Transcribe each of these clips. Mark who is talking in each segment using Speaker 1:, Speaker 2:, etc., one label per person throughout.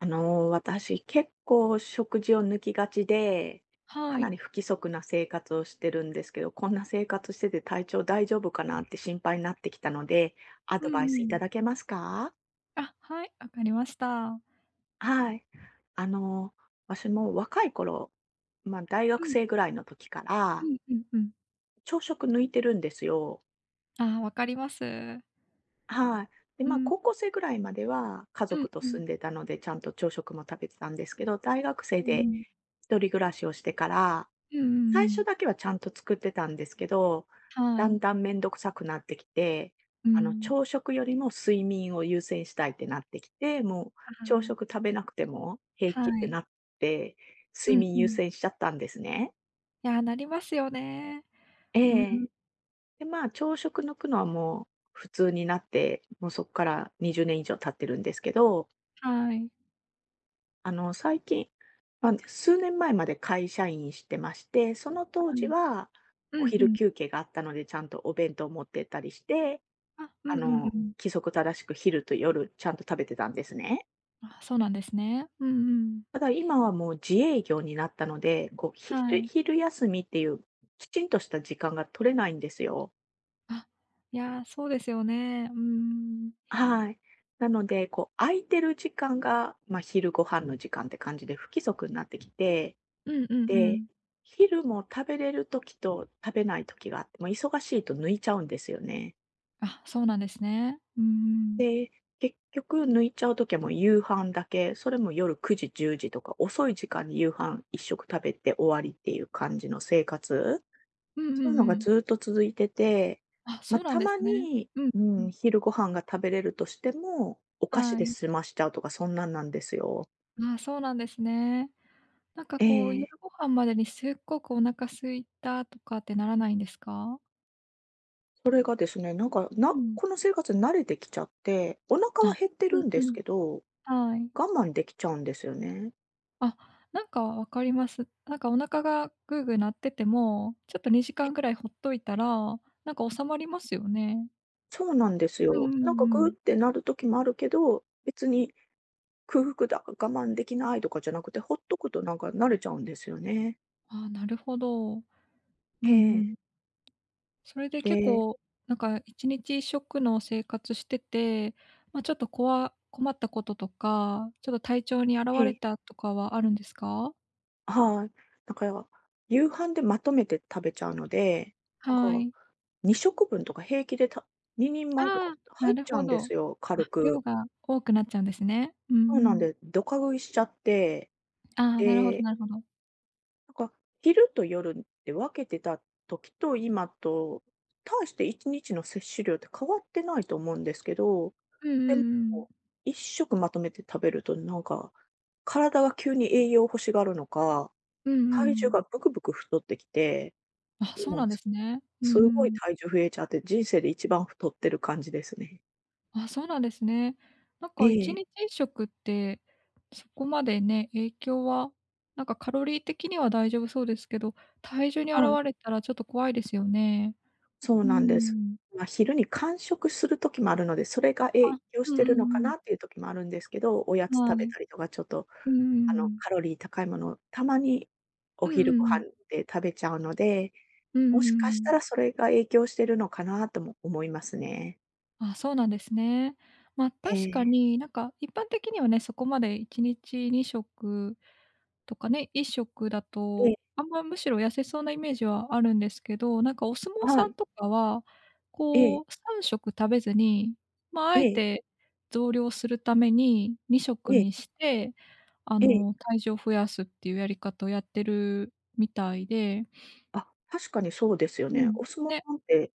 Speaker 1: あの私結構食事を抜きがちで、か
Speaker 2: は
Speaker 1: な
Speaker 2: い。
Speaker 1: り不規則な生活をしてるんですけど、こんな生活してて体調大丈夫かなって心配になってきたので、ア
Speaker 2: う
Speaker 1: ド
Speaker 2: んう
Speaker 1: バイスいた
Speaker 2: ん。
Speaker 1: だけますか？
Speaker 2: あ、はい、わかりました。
Speaker 1: はい。あのー、私も若い頃、大
Speaker 2: う
Speaker 1: 学
Speaker 2: ん
Speaker 1: 生ぐらいの時か
Speaker 2: う
Speaker 1: ら、
Speaker 2: んうんうん。
Speaker 1: 朝食抜いてるんですよ。
Speaker 2: ああ、わかります。
Speaker 1: はい。で、
Speaker 2: う
Speaker 1: まあ、
Speaker 2: ん、
Speaker 1: 高校生ぐらいまでは家
Speaker 2: うん
Speaker 1: 族と
Speaker 2: うん
Speaker 1: 住んでたので、ちゃんと朝食も食べてたんですけど、大学生
Speaker 2: うんう
Speaker 1: で
Speaker 2: ん。
Speaker 1: 一人暮らしをしてから
Speaker 2: うんうんう
Speaker 1: 最
Speaker 2: ん。
Speaker 1: 初だけはちゃんと作ってたんですけど、
Speaker 2: は
Speaker 1: だ
Speaker 2: い。
Speaker 1: んだんめんどくさくなってきて、
Speaker 2: うん。
Speaker 1: 朝食よりも睡眠を優先したいってなってきて、もう
Speaker 2: あ
Speaker 1: 朝食食べなくても平
Speaker 2: あ、は
Speaker 1: 気って
Speaker 2: い。
Speaker 1: なって、
Speaker 2: う
Speaker 1: 睡
Speaker 2: ん
Speaker 1: 眠
Speaker 2: う
Speaker 1: 優
Speaker 2: ん。
Speaker 1: 先しちゃったんですね。
Speaker 2: いや、なりますよね。
Speaker 1: え
Speaker 2: うん、
Speaker 1: え。で、まあ、朝食抜くのはもう普通になって、もうそっから20年以上経ってるんですけど、
Speaker 2: はい、
Speaker 1: 最近まあ、数年前まで会社員してまして、その
Speaker 2: は
Speaker 1: 当時
Speaker 2: い。
Speaker 1: は、お
Speaker 2: うんう
Speaker 1: 昼
Speaker 2: ん。
Speaker 1: 休憩があったので、ちゃんとお弁当を持ってったりして、
Speaker 2: あ、うんうんうん。
Speaker 1: 規則正しく昼と夜ちゃんと食べてたんですね。
Speaker 2: あ、そうなんですね。うんうん。
Speaker 1: ただ今はもう自営業になったので、こう、
Speaker 2: は
Speaker 1: 昼
Speaker 2: い。
Speaker 1: 昼休みっていう、きちんとした時間が取れないんですよ。
Speaker 2: あ、いや、そうですよね。うーん。
Speaker 1: はい。なので、こう、空いてる時間が、まあ、昼ご飯の時間って感じで不規則になってきて
Speaker 2: うんうんう
Speaker 1: て、
Speaker 2: ん。
Speaker 1: 昼も食べれる時と食べない時があって、もう忙しいと抜いちゃうんですよね。
Speaker 2: あ、そうなんですね。うんうん。
Speaker 1: で、結局抜いちゃう時はもう夕飯だけ、それも夜9時、10時とか遅い時間に夕飯一食食べて終わりっていう感じの生活。
Speaker 2: うんうん
Speaker 1: そういうの
Speaker 2: う
Speaker 1: が
Speaker 2: ん。
Speaker 1: ずっと続いてて、
Speaker 2: あ、
Speaker 1: ま
Speaker 2: そ
Speaker 1: あ、
Speaker 2: うなん
Speaker 1: た
Speaker 2: です
Speaker 1: ま
Speaker 2: ね。
Speaker 1: に、
Speaker 2: うん
Speaker 1: う
Speaker 2: うん。
Speaker 1: ん、昼ご飯が食べれるとしても、お菓子
Speaker 2: は
Speaker 1: で
Speaker 2: い。
Speaker 1: 済ましちゃうとかそんなんなんですよ。
Speaker 2: ああ、そうなんですね。なんか
Speaker 1: え
Speaker 2: こう、夜
Speaker 1: え。
Speaker 2: ご飯までにすっごくお腹空いたとかってならないんですか？
Speaker 1: それがですね、なんか、
Speaker 2: う
Speaker 1: な
Speaker 2: ん。
Speaker 1: この生活に慣れてきちゃって、お腹
Speaker 2: あ、
Speaker 1: は減って
Speaker 2: う
Speaker 1: るん
Speaker 2: んう
Speaker 1: です
Speaker 2: ん。
Speaker 1: けど、
Speaker 2: はい。
Speaker 1: 我慢できちゃうんですよね。
Speaker 2: あ、なんか分かります。なんかお腹がグーグー鳴ってても、ちょっと2時間ぐらいほっといたら、なんか収まりますよね。
Speaker 1: そうなんです
Speaker 2: うんう
Speaker 1: よ。
Speaker 2: ん
Speaker 1: なんか
Speaker 2: う
Speaker 1: グーっ
Speaker 2: ん。
Speaker 1: てなる時もあるけど、別に空腹だ、我慢できないとかじゃなくて、ほっとくとなんか慣れちゃうんですよね。
Speaker 2: ああ、なるほど。うんう
Speaker 1: ええ。
Speaker 2: ん。それで結
Speaker 1: で
Speaker 2: 構、なんか一日一食の生活してて、まあ、ちょっと困ったこととか、ちょっと体調に現
Speaker 1: え
Speaker 2: れ
Speaker 1: え、
Speaker 2: たとかはあるんですか？
Speaker 1: はい。なんか夕飯でまとめて食べちゃうので、なん
Speaker 2: は
Speaker 1: か
Speaker 2: い。
Speaker 1: 2食分とか平気で2人前とか
Speaker 2: ああ、な
Speaker 1: 入っ
Speaker 2: る
Speaker 1: ちゃ
Speaker 2: ほ
Speaker 1: うんで
Speaker 2: ど。あ、
Speaker 1: すよ、軽
Speaker 2: 量
Speaker 1: く。
Speaker 2: が多くなっちゃうんですね。うん
Speaker 1: そう
Speaker 2: う
Speaker 1: なん
Speaker 2: ん。
Speaker 1: で、どか食いしちゃって
Speaker 2: ああ、なるほど
Speaker 1: で、
Speaker 2: なるほど。
Speaker 1: なんか昼と夜って分けてた時と今と、大して1日の摂取量って変わってないと思うんですけど、
Speaker 2: ううん
Speaker 1: で
Speaker 2: うん。
Speaker 1: も、1食まとめて食べるとなんか、体が急に栄養を欲しがるのか、
Speaker 2: うんうんう
Speaker 1: 体重が
Speaker 2: ん。
Speaker 1: ブクブク太ってきて、
Speaker 2: あ、そう
Speaker 1: 今
Speaker 2: なんで
Speaker 1: す
Speaker 2: すね。う
Speaker 1: すご
Speaker 2: ん
Speaker 1: い
Speaker 2: うん。
Speaker 1: 体重増えちゃって、人生で一番太ってる感じですね。
Speaker 2: あ、そうなんですね。なん
Speaker 1: え
Speaker 2: か1
Speaker 1: え、
Speaker 2: 日1食って、そこまでね、影響は、なんかカロリー的には大丈夫そうですけど、体重に現
Speaker 1: はい。
Speaker 2: れたらちょっと怖いですよね。
Speaker 1: そう
Speaker 2: うー
Speaker 1: なんです。
Speaker 2: ん。
Speaker 1: まあ、昼に間食する時もあるので、それが
Speaker 2: あ、
Speaker 1: 影響し
Speaker 2: うん
Speaker 1: て
Speaker 2: う
Speaker 1: る
Speaker 2: ん
Speaker 1: のか
Speaker 2: うん。
Speaker 1: なっていう時もあるんですけど、おやつ
Speaker 2: は
Speaker 1: 食べ
Speaker 2: い。
Speaker 1: たりとか、ちょっと、
Speaker 2: うんうんうん。
Speaker 1: カロリー高いものをたまに
Speaker 2: う
Speaker 1: お
Speaker 2: んう
Speaker 1: 昼ご
Speaker 2: んうん。
Speaker 1: 飯で食べちゃうので、
Speaker 2: うんう
Speaker 1: も
Speaker 2: ん
Speaker 1: し
Speaker 2: う
Speaker 1: かし
Speaker 2: ん。
Speaker 1: たらそれが影響してるのかなとも思いますね。
Speaker 2: あ、そうなんですね。ま、確か
Speaker 1: ええ、
Speaker 2: に、なんか一般的にはね、そこまで1日2食とかね、1食だ
Speaker 1: ええ、
Speaker 2: と、あんま、むしろ痩せそうなイメージはあるんですけど、なんかお相撲さ
Speaker 1: は
Speaker 2: ん
Speaker 1: い、
Speaker 2: とかは、こ
Speaker 1: え
Speaker 2: う、
Speaker 1: え、
Speaker 2: 3食食べずに、まあ、あ
Speaker 1: え
Speaker 2: え
Speaker 1: え、
Speaker 2: て増量するために2食
Speaker 1: ええ、
Speaker 2: にして、
Speaker 1: ええ。
Speaker 2: 体重を増やすっていうやり方をやってるみたいで、
Speaker 1: あ、確かにそうですよ
Speaker 2: う
Speaker 1: ね。
Speaker 2: ん、
Speaker 1: お相撲
Speaker 2: ね、
Speaker 1: さんって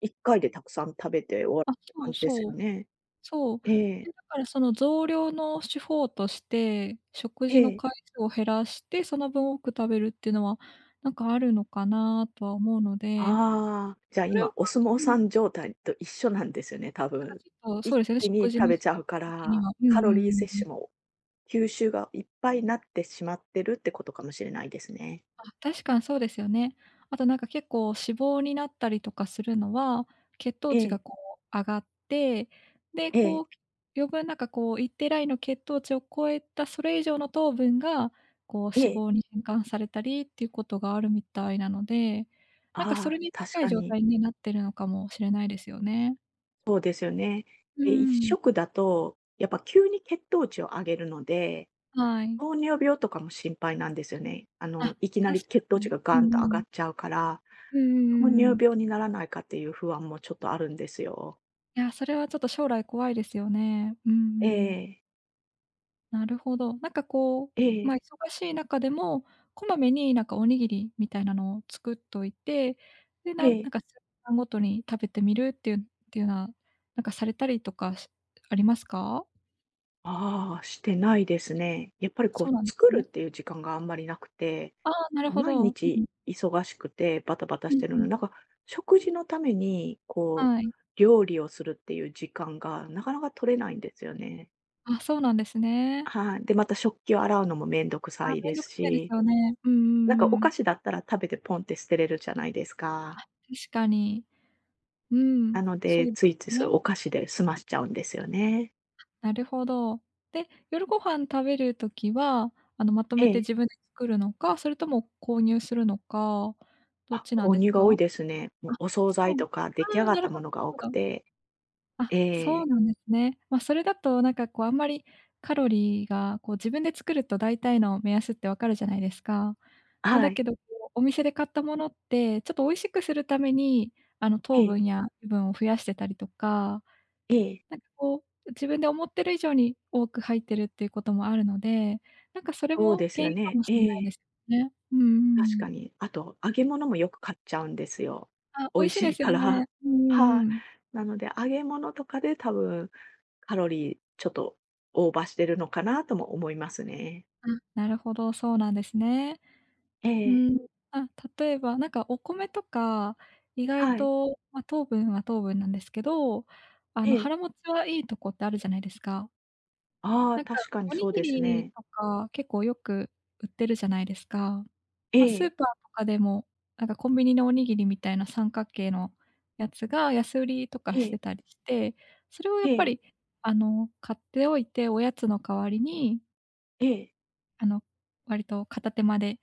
Speaker 1: 1回でたくさん食べて終わる
Speaker 2: あ、
Speaker 1: って
Speaker 2: そ
Speaker 1: 感
Speaker 2: う
Speaker 1: じです
Speaker 2: そ
Speaker 1: よ
Speaker 2: う。
Speaker 1: ね。
Speaker 2: そう。
Speaker 1: え
Speaker 2: で、
Speaker 1: え、
Speaker 2: だからその増量の手法として、食
Speaker 1: え
Speaker 2: 事の回
Speaker 1: え。
Speaker 2: 数を減らして、その分多く食べるっていうのは、なんかあるのかなとは思うので、
Speaker 1: ああ、じゃあ、
Speaker 2: それ
Speaker 1: 今
Speaker 2: を、
Speaker 1: お相撲
Speaker 2: う
Speaker 1: さ
Speaker 2: ん、
Speaker 1: ん状態と一緒なんですよね、多
Speaker 2: なんか
Speaker 1: 分。
Speaker 2: ちょっとそう
Speaker 1: 一
Speaker 2: ですよね、
Speaker 1: 気に
Speaker 2: 食事
Speaker 1: 食
Speaker 2: の
Speaker 1: べ
Speaker 2: 仕
Speaker 1: ちゃ
Speaker 2: 方
Speaker 1: うか
Speaker 2: 的に
Speaker 1: ら、
Speaker 2: は。うんう
Speaker 1: カ
Speaker 2: んう
Speaker 1: ロリー
Speaker 2: んう
Speaker 1: 摂
Speaker 2: ん。
Speaker 1: 取も吸収がいっぱいになってしまってるってことかもしれないですね。
Speaker 2: あ、確かにそうですよね。あとなんか結構脂肪になったりとかするのは、血糖
Speaker 1: え
Speaker 2: 値が
Speaker 1: え、
Speaker 2: こう上がって、で、
Speaker 1: え
Speaker 2: こ
Speaker 1: え、
Speaker 2: う余分なんかこう一定ラインの血糖値を超えたそれ以上の糖分が、こう脂
Speaker 1: ええ。
Speaker 2: 肪に変換されたりっていうことがあるみたいなので、なんかそれ
Speaker 1: ああ、
Speaker 2: に
Speaker 1: 確
Speaker 2: 近い
Speaker 1: か
Speaker 2: 状
Speaker 1: に
Speaker 2: 態になってるのかもしれないですよね。
Speaker 1: そうですよね。
Speaker 2: う
Speaker 1: え、一
Speaker 2: んうん。
Speaker 1: 食だと、やっぱ急に血糖値を上げるので、
Speaker 2: はい。
Speaker 1: 糖尿病とかも心配なんですよね。
Speaker 2: あ、
Speaker 1: いきな
Speaker 2: 確
Speaker 1: り
Speaker 2: か
Speaker 1: 血糖値
Speaker 2: に。
Speaker 1: が
Speaker 2: う
Speaker 1: ガ
Speaker 2: ん
Speaker 1: ンと
Speaker 2: う
Speaker 1: 上が
Speaker 2: ん。
Speaker 1: っちゃうから、
Speaker 2: うんうんう
Speaker 1: 糖
Speaker 2: んう
Speaker 1: 尿
Speaker 2: ん。
Speaker 1: 病にならないかっていう不安もちょっとあるんですよ。
Speaker 2: いや、それはちょっと将来怖いですよね。うんう
Speaker 1: え
Speaker 2: ん。
Speaker 1: え、
Speaker 2: なるほど。なんかこう、
Speaker 1: え
Speaker 2: ま
Speaker 1: え、
Speaker 2: あ、忙しい中でも、こまめになんかおにぎりみたいなのを作っといて、で、な
Speaker 1: え
Speaker 2: んなん
Speaker 1: え。
Speaker 2: か数時間ごとに食べてみるっていうっていうのは、なんかされたりとかありますか？
Speaker 1: ああ、してないですね。やっぱ
Speaker 2: あ、
Speaker 1: りこ
Speaker 2: そ
Speaker 1: う
Speaker 2: うなんで
Speaker 1: 作
Speaker 2: す
Speaker 1: るっ
Speaker 2: ね。
Speaker 1: ていう時間があんまりなくて、
Speaker 2: ああ、なるほ
Speaker 1: 毎
Speaker 2: ど。う
Speaker 1: 日
Speaker 2: ん。
Speaker 1: 忙しくてバタバタ
Speaker 2: う
Speaker 1: し
Speaker 2: ん
Speaker 1: てる
Speaker 2: う
Speaker 1: の
Speaker 2: ん。
Speaker 1: で、なんか食事のためにこ
Speaker 2: は
Speaker 1: う
Speaker 2: い。
Speaker 1: 料理をするっていう時間がなかなか取れないんですよね。
Speaker 2: あ、そうなんですね。
Speaker 1: はい。で、また食器を洗うのもめんどく
Speaker 2: あ、
Speaker 1: さい
Speaker 2: めん
Speaker 1: で
Speaker 2: どく
Speaker 1: す
Speaker 2: さいです
Speaker 1: し、
Speaker 2: よね。うんう
Speaker 1: なんか
Speaker 2: ん
Speaker 1: お
Speaker 2: うん。
Speaker 1: 菓子だったら食べてポンって捨てれるじゃないです
Speaker 2: あ、
Speaker 1: か。
Speaker 2: 確かに。うん、
Speaker 1: なの
Speaker 2: そ
Speaker 1: で、
Speaker 2: うで
Speaker 1: つ
Speaker 2: す
Speaker 1: いつい
Speaker 2: よ
Speaker 1: そういう
Speaker 2: ね。
Speaker 1: お菓子で済ましちゃうんですよね。
Speaker 2: なるほど。で、夜ご飯食べるときは、まとめて
Speaker 1: ええ。
Speaker 2: 自分で作るのか、それとも購入するのか、どっ
Speaker 1: あ、
Speaker 2: ちなん
Speaker 1: 購
Speaker 2: です
Speaker 1: 入
Speaker 2: か？
Speaker 1: が多いで
Speaker 2: あ、
Speaker 1: すね。もうお惣
Speaker 2: そ
Speaker 1: 菜
Speaker 2: う。
Speaker 1: とか
Speaker 2: あ
Speaker 1: 出来上
Speaker 2: あ、
Speaker 1: がっ
Speaker 2: な
Speaker 1: た
Speaker 2: るほ
Speaker 1: も
Speaker 2: ど、
Speaker 1: のが多く
Speaker 2: なるほど。
Speaker 1: て。
Speaker 2: あ、
Speaker 1: え
Speaker 2: そう
Speaker 1: え、
Speaker 2: なんですね。ま、それだとなんかこうあんまりカロリーが、こう自分で作ると大体の目安ってわかるじゃないですか。ま、
Speaker 1: は
Speaker 2: だ
Speaker 1: い。
Speaker 2: けど、こうお店で買ったものって、ちょっと美味しくするために、
Speaker 1: え
Speaker 2: 糖
Speaker 1: え、
Speaker 2: 分や油分を増やしてたりとか、
Speaker 1: ええ、
Speaker 2: なんかこう、自分で思ってる以上に多く入ってるっていうこともあるので、なんかそれ
Speaker 1: そう
Speaker 2: も
Speaker 1: です
Speaker 2: 原
Speaker 1: よ
Speaker 2: 因か
Speaker 1: ね。
Speaker 2: もしれない
Speaker 1: え
Speaker 2: です
Speaker 1: え、
Speaker 2: よね。うんう
Speaker 1: 確
Speaker 2: ん。
Speaker 1: かに。あと、揚げ物もよく買っちゃうんですよ。
Speaker 2: あ、
Speaker 1: 美
Speaker 2: 美味
Speaker 1: 味
Speaker 2: しいで
Speaker 1: しい
Speaker 2: す
Speaker 1: か
Speaker 2: よ
Speaker 1: ら。
Speaker 2: ね。うんう
Speaker 1: は
Speaker 2: ん
Speaker 1: い。
Speaker 2: うん。
Speaker 1: なので、揚げ物とかで多分カロリーちょっとオーバーしてるのかなとも思いますね。
Speaker 2: あ、なるほど、そうなんですね。
Speaker 1: え
Speaker 2: う
Speaker 1: え、
Speaker 2: ん。あ、例えば、なんかお米とか、意外
Speaker 1: はい。
Speaker 2: と、ま、糖分は糖分なんですけど、
Speaker 1: ええ。
Speaker 2: 腹持ちはいいとこってあるじゃないですか。
Speaker 1: ああ、
Speaker 2: なんか、
Speaker 1: 確かに
Speaker 2: おに
Speaker 1: そう
Speaker 2: ぎ
Speaker 1: です
Speaker 2: り
Speaker 1: ね。
Speaker 2: とか結構よく売ってるじゃないですか。
Speaker 1: え
Speaker 2: ま、スー
Speaker 1: え、
Speaker 2: パーとかでも、なんかコンビニのおにぎりみたいな三角形のやつが安売りとか
Speaker 1: え
Speaker 2: して
Speaker 1: え、
Speaker 2: たりして、それをやっ
Speaker 1: え
Speaker 2: ぱ
Speaker 1: え、
Speaker 2: り、買っておいて、おやつの代わりに、
Speaker 1: ええ、
Speaker 2: あの、割と片手間で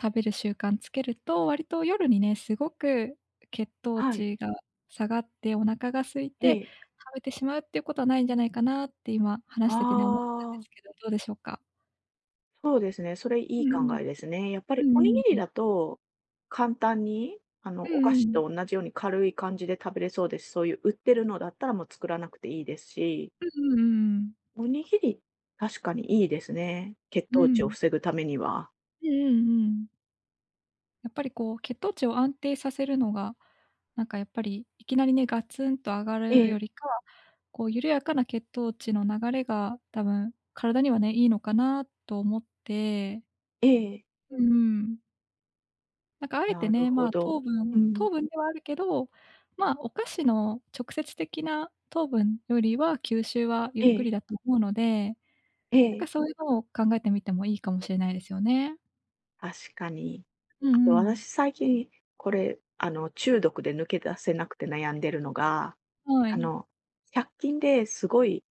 Speaker 2: 食べる習慣つけると、割と夜にね、すごく血糖
Speaker 1: はい、
Speaker 2: 値が下がってお腹が空い
Speaker 1: え
Speaker 2: て
Speaker 1: え、
Speaker 2: 食べてしまうっていうことはないんじゃないかなって今話
Speaker 1: あ
Speaker 2: しててね、思ったんで
Speaker 1: あ。
Speaker 2: すけど、どうでしょうか？
Speaker 1: そうですね、それ
Speaker 2: う
Speaker 1: いい考
Speaker 2: んうん。
Speaker 1: えですね。やっぱ
Speaker 2: う
Speaker 1: り
Speaker 2: ん
Speaker 1: お
Speaker 2: う
Speaker 1: に
Speaker 2: ん
Speaker 1: ぎ
Speaker 2: う
Speaker 1: り
Speaker 2: ん。
Speaker 1: だと、簡単に、
Speaker 2: う
Speaker 1: お菓子
Speaker 2: んう
Speaker 1: と同じように軽い感じで食べれそうです。そういう売ってるのだったらもう作らなくていいですし、
Speaker 2: んうんうん。
Speaker 1: おにぎり、確かにいいですね。血
Speaker 2: う
Speaker 1: 糖値を
Speaker 2: ん。
Speaker 1: 防ぐためには。
Speaker 2: うんうんうんうんうんうんうん。やっぱりこう血糖値を安定させるのが、なんかやっぱりいきなりね、ガツンと上が
Speaker 1: え
Speaker 2: るよ
Speaker 1: え、
Speaker 2: りか、こう緩やかな血糖値の流れが多分体にはね、いいのかなと思って。
Speaker 1: ええ。
Speaker 2: うん。なんかあえて
Speaker 1: なる
Speaker 2: ね、
Speaker 1: ほ
Speaker 2: まあ、
Speaker 1: ど。
Speaker 2: 糖分
Speaker 1: う
Speaker 2: 糖
Speaker 1: ん。
Speaker 2: 分ではあるけど、まあ、お菓子の直接的な糖分よりは吸収はゆっ
Speaker 1: え
Speaker 2: く
Speaker 1: え、
Speaker 2: りだと思うので、
Speaker 1: え
Speaker 2: なんか
Speaker 1: え。
Speaker 2: そういうのを考えてみてもいいかもしれないですよね。
Speaker 1: 確かに。
Speaker 2: うんう
Speaker 1: あと
Speaker 2: ん。
Speaker 1: 私最近、これ、中毒で抜け出せなくて悩んでるのが、
Speaker 2: は
Speaker 1: あ
Speaker 2: い。
Speaker 1: の、100均ですごい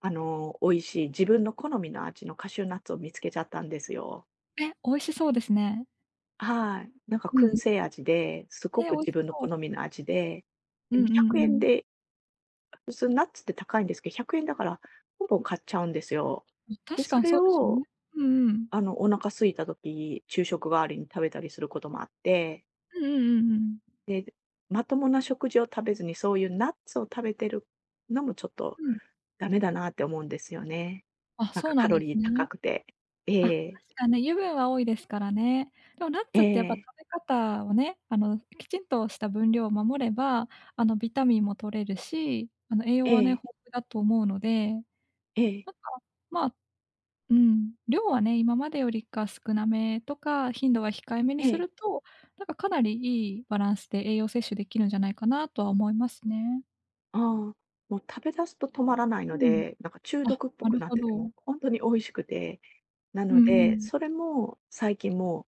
Speaker 1: 美味しい自分の好みの味のカシューナッツを見つけちゃったんですよ。
Speaker 2: え、美味しそうですね。
Speaker 1: はい。なんか
Speaker 2: う
Speaker 1: 燻
Speaker 2: ん。
Speaker 1: 製味で、す
Speaker 2: え、
Speaker 1: ご
Speaker 2: 美
Speaker 1: く
Speaker 2: 味
Speaker 1: 自
Speaker 2: し
Speaker 1: 分の
Speaker 2: そ
Speaker 1: 好み
Speaker 2: う。
Speaker 1: の味で、
Speaker 2: う
Speaker 1: で
Speaker 2: ん
Speaker 1: も
Speaker 2: うんう
Speaker 1: 100円
Speaker 2: ん。
Speaker 1: で、普通ナッツって高いんですけど、100円だからポンポン買っちゃうんですよ。で、
Speaker 2: 確
Speaker 1: そ
Speaker 2: かに
Speaker 1: れ
Speaker 2: そうですよね。
Speaker 1: を、
Speaker 2: うんうん。
Speaker 1: お腹空いた時、昼食代わりに食べたりすることもあって、
Speaker 2: うんうんうんうん。
Speaker 1: で、まともな食事を食べずに、そういうナッツを食べてるのもちょっと
Speaker 2: うん。
Speaker 1: ダメだなって思うんですよね。
Speaker 2: あ、
Speaker 1: なん
Speaker 2: そう
Speaker 1: か
Speaker 2: な
Speaker 1: カ
Speaker 2: ん
Speaker 1: ロ
Speaker 2: で
Speaker 1: リ
Speaker 2: す
Speaker 1: ー
Speaker 2: ね。
Speaker 1: 高くて。え
Speaker 2: あ、確
Speaker 1: え。
Speaker 2: かね、油分は多いですからね。でもナッ
Speaker 1: え
Speaker 2: ツってやっぱ食
Speaker 1: え、
Speaker 2: べ方をね、きちんとした分量を守れば、ビタミンも取れるし、栄養
Speaker 1: え
Speaker 2: はね、豊
Speaker 1: え、
Speaker 2: 富だと思うので、なん
Speaker 1: ええ、
Speaker 2: か、まあ、うん、量はね、今までよりか少なめとか、頻度は控えめに
Speaker 1: え
Speaker 2: す
Speaker 1: え、
Speaker 2: ると、なんかかなりいいバランスで栄養摂取できるんじゃないかなとは思いますね。
Speaker 1: ああ、もう食べ出すと止まらない
Speaker 2: う
Speaker 1: の
Speaker 2: ん。
Speaker 1: で、なんか中
Speaker 2: あ、
Speaker 1: 毒っぽ
Speaker 2: な
Speaker 1: く
Speaker 2: る
Speaker 1: なっ
Speaker 2: ほ
Speaker 1: てて
Speaker 2: ど。
Speaker 1: も、ほんとに美味しくて、な
Speaker 2: うん
Speaker 1: の
Speaker 2: う
Speaker 1: で、
Speaker 2: ん。
Speaker 1: それも最近も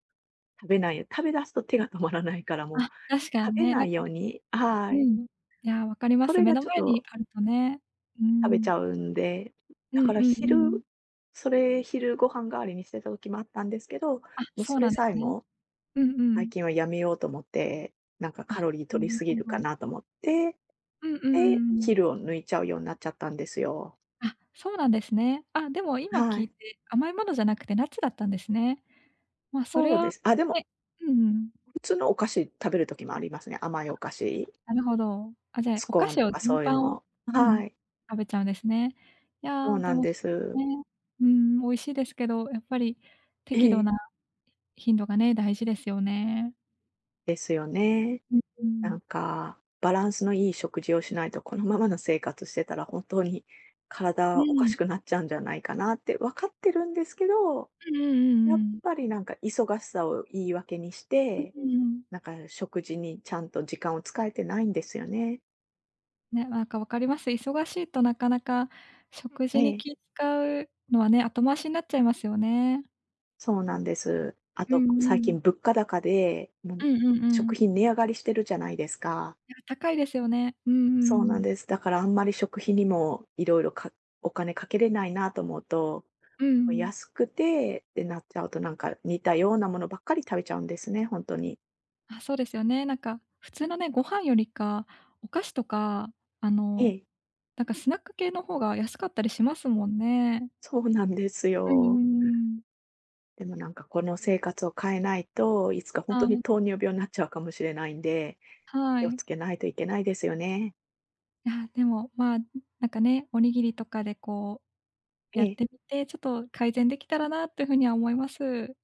Speaker 1: う食べ出すと手が止まらないから、も
Speaker 2: あ、
Speaker 1: う
Speaker 2: 確かに
Speaker 1: 食べ
Speaker 2: ね、な
Speaker 1: な
Speaker 2: ん
Speaker 1: い
Speaker 2: か、
Speaker 1: ように、は
Speaker 2: う
Speaker 1: い、
Speaker 2: ん。いや、分かりま
Speaker 1: そ
Speaker 2: す。
Speaker 1: れ
Speaker 2: 目
Speaker 1: が
Speaker 2: の
Speaker 1: ちょっ
Speaker 2: 前に
Speaker 1: と
Speaker 2: あるとね。う
Speaker 1: 食べち
Speaker 2: ん。
Speaker 1: ゃうんで、
Speaker 2: う
Speaker 1: だ
Speaker 2: ん
Speaker 1: から
Speaker 2: うんうん。
Speaker 1: 昼それ昼ご飯代わりにしてた時もあったんですけど、
Speaker 2: あ、
Speaker 1: もう
Speaker 2: そう
Speaker 1: そ
Speaker 2: な
Speaker 1: れ
Speaker 2: んで
Speaker 1: さ
Speaker 2: す
Speaker 1: え
Speaker 2: ね。
Speaker 1: も
Speaker 2: うんう
Speaker 1: 最
Speaker 2: ん。
Speaker 1: 近はやめようと思って、なんかカ
Speaker 2: あ、
Speaker 1: ロリー摂り
Speaker 2: なる
Speaker 1: すぎ
Speaker 2: ほ
Speaker 1: るか
Speaker 2: ど。
Speaker 1: なと思って
Speaker 2: うんうんう
Speaker 1: で、
Speaker 2: んうん。
Speaker 1: 昼を抜いちゃうようになっちゃったんですよ。
Speaker 2: あ、そうなんですね。あ、でも今
Speaker 1: は
Speaker 2: 聞い
Speaker 1: い。
Speaker 2: て、甘いものじゃなくてナッツだったんですね。ま、それ
Speaker 1: そうで
Speaker 2: は
Speaker 1: す。あ、でも、
Speaker 2: ね、うんうん。
Speaker 1: 普通のお菓子食べる時もありますね。甘いお菓子、
Speaker 2: なるほど。あ、じゃあ、
Speaker 1: ス
Speaker 2: お
Speaker 1: コ
Speaker 2: 菓
Speaker 1: ーン
Speaker 2: 子
Speaker 1: と
Speaker 2: を
Speaker 1: か
Speaker 2: 全
Speaker 1: そういう
Speaker 2: 般を、
Speaker 1: の。
Speaker 2: うん、
Speaker 1: はい。
Speaker 2: 食べちゃうんですね。い
Speaker 1: そう
Speaker 2: や、で
Speaker 1: なん
Speaker 2: も、
Speaker 1: です。
Speaker 2: ね、うん、美味しいですけど、やっぱり
Speaker 1: え
Speaker 2: 適度
Speaker 1: え。
Speaker 2: な頻度がね、大事ですよね。
Speaker 1: ですよね。
Speaker 2: うんう
Speaker 1: な
Speaker 2: ん。
Speaker 1: んか、バランスのいい食事をしないと、このままの生活してたら本当に
Speaker 2: う
Speaker 1: 体おか
Speaker 2: ん。
Speaker 1: しくなっちゃうんじゃないかなって分かってるんですけど、
Speaker 2: うんうんう
Speaker 1: や
Speaker 2: んう
Speaker 1: っ
Speaker 2: ん。
Speaker 1: ぱりなんか忙しさを言い訳にして、
Speaker 2: うんうん。
Speaker 1: なんか食事にちゃんと時間を使えてないんですよね。
Speaker 2: ね、なんか分かります。忙しいとなかなか食事に
Speaker 1: え
Speaker 2: 気
Speaker 1: え。
Speaker 2: 使うのはね、後回しになっちゃいますよね。
Speaker 1: そうなんです。あ
Speaker 2: うん
Speaker 1: と、最
Speaker 2: うん。
Speaker 1: 近物価高で、もう
Speaker 2: うんうんう
Speaker 1: 食
Speaker 2: ん。
Speaker 1: 品値上がりしてるじゃないですか。
Speaker 2: いや、高いですよね。うんう
Speaker 1: そう
Speaker 2: ん
Speaker 1: な
Speaker 2: う
Speaker 1: ん
Speaker 2: ん。
Speaker 1: です。だからあんまり食費にもいろいろかお金かけれないなと思うと、
Speaker 2: う
Speaker 1: もう
Speaker 2: ん。
Speaker 1: 安くてってなっちゃうと、なんか似たようなものばっかり食べちゃうんですね、本当に。
Speaker 2: あ、そうですよね。なんか、普通のね、ご飯よりか、お菓子とか、あ
Speaker 1: え
Speaker 2: の、
Speaker 1: え、
Speaker 2: なんかスナック系の方が安かったりしますもんね。
Speaker 1: そうなんです
Speaker 2: うんう
Speaker 1: よ。
Speaker 2: んうん。
Speaker 1: でもなんかこの生活を変えないと、いつか本
Speaker 2: は
Speaker 1: 当に
Speaker 2: い、
Speaker 1: 糖尿病になっちゃうかもしれないんで、
Speaker 2: は
Speaker 1: 気を
Speaker 2: い。
Speaker 1: つけないといけないですよね。
Speaker 2: いや、でも、まあ、なんかね、おにぎりとかでこう
Speaker 1: え
Speaker 2: やっ
Speaker 1: え。
Speaker 2: てみて、ちょっと改善できたらなっていうふうには思います。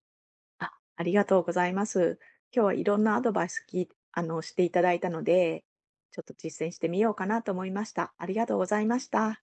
Speaker 1: あ、ありがとうございます。今日はいろんなアドバイスきあの、していただいたので、ちょっと実践してみようかなと思いました。ありがとうございました。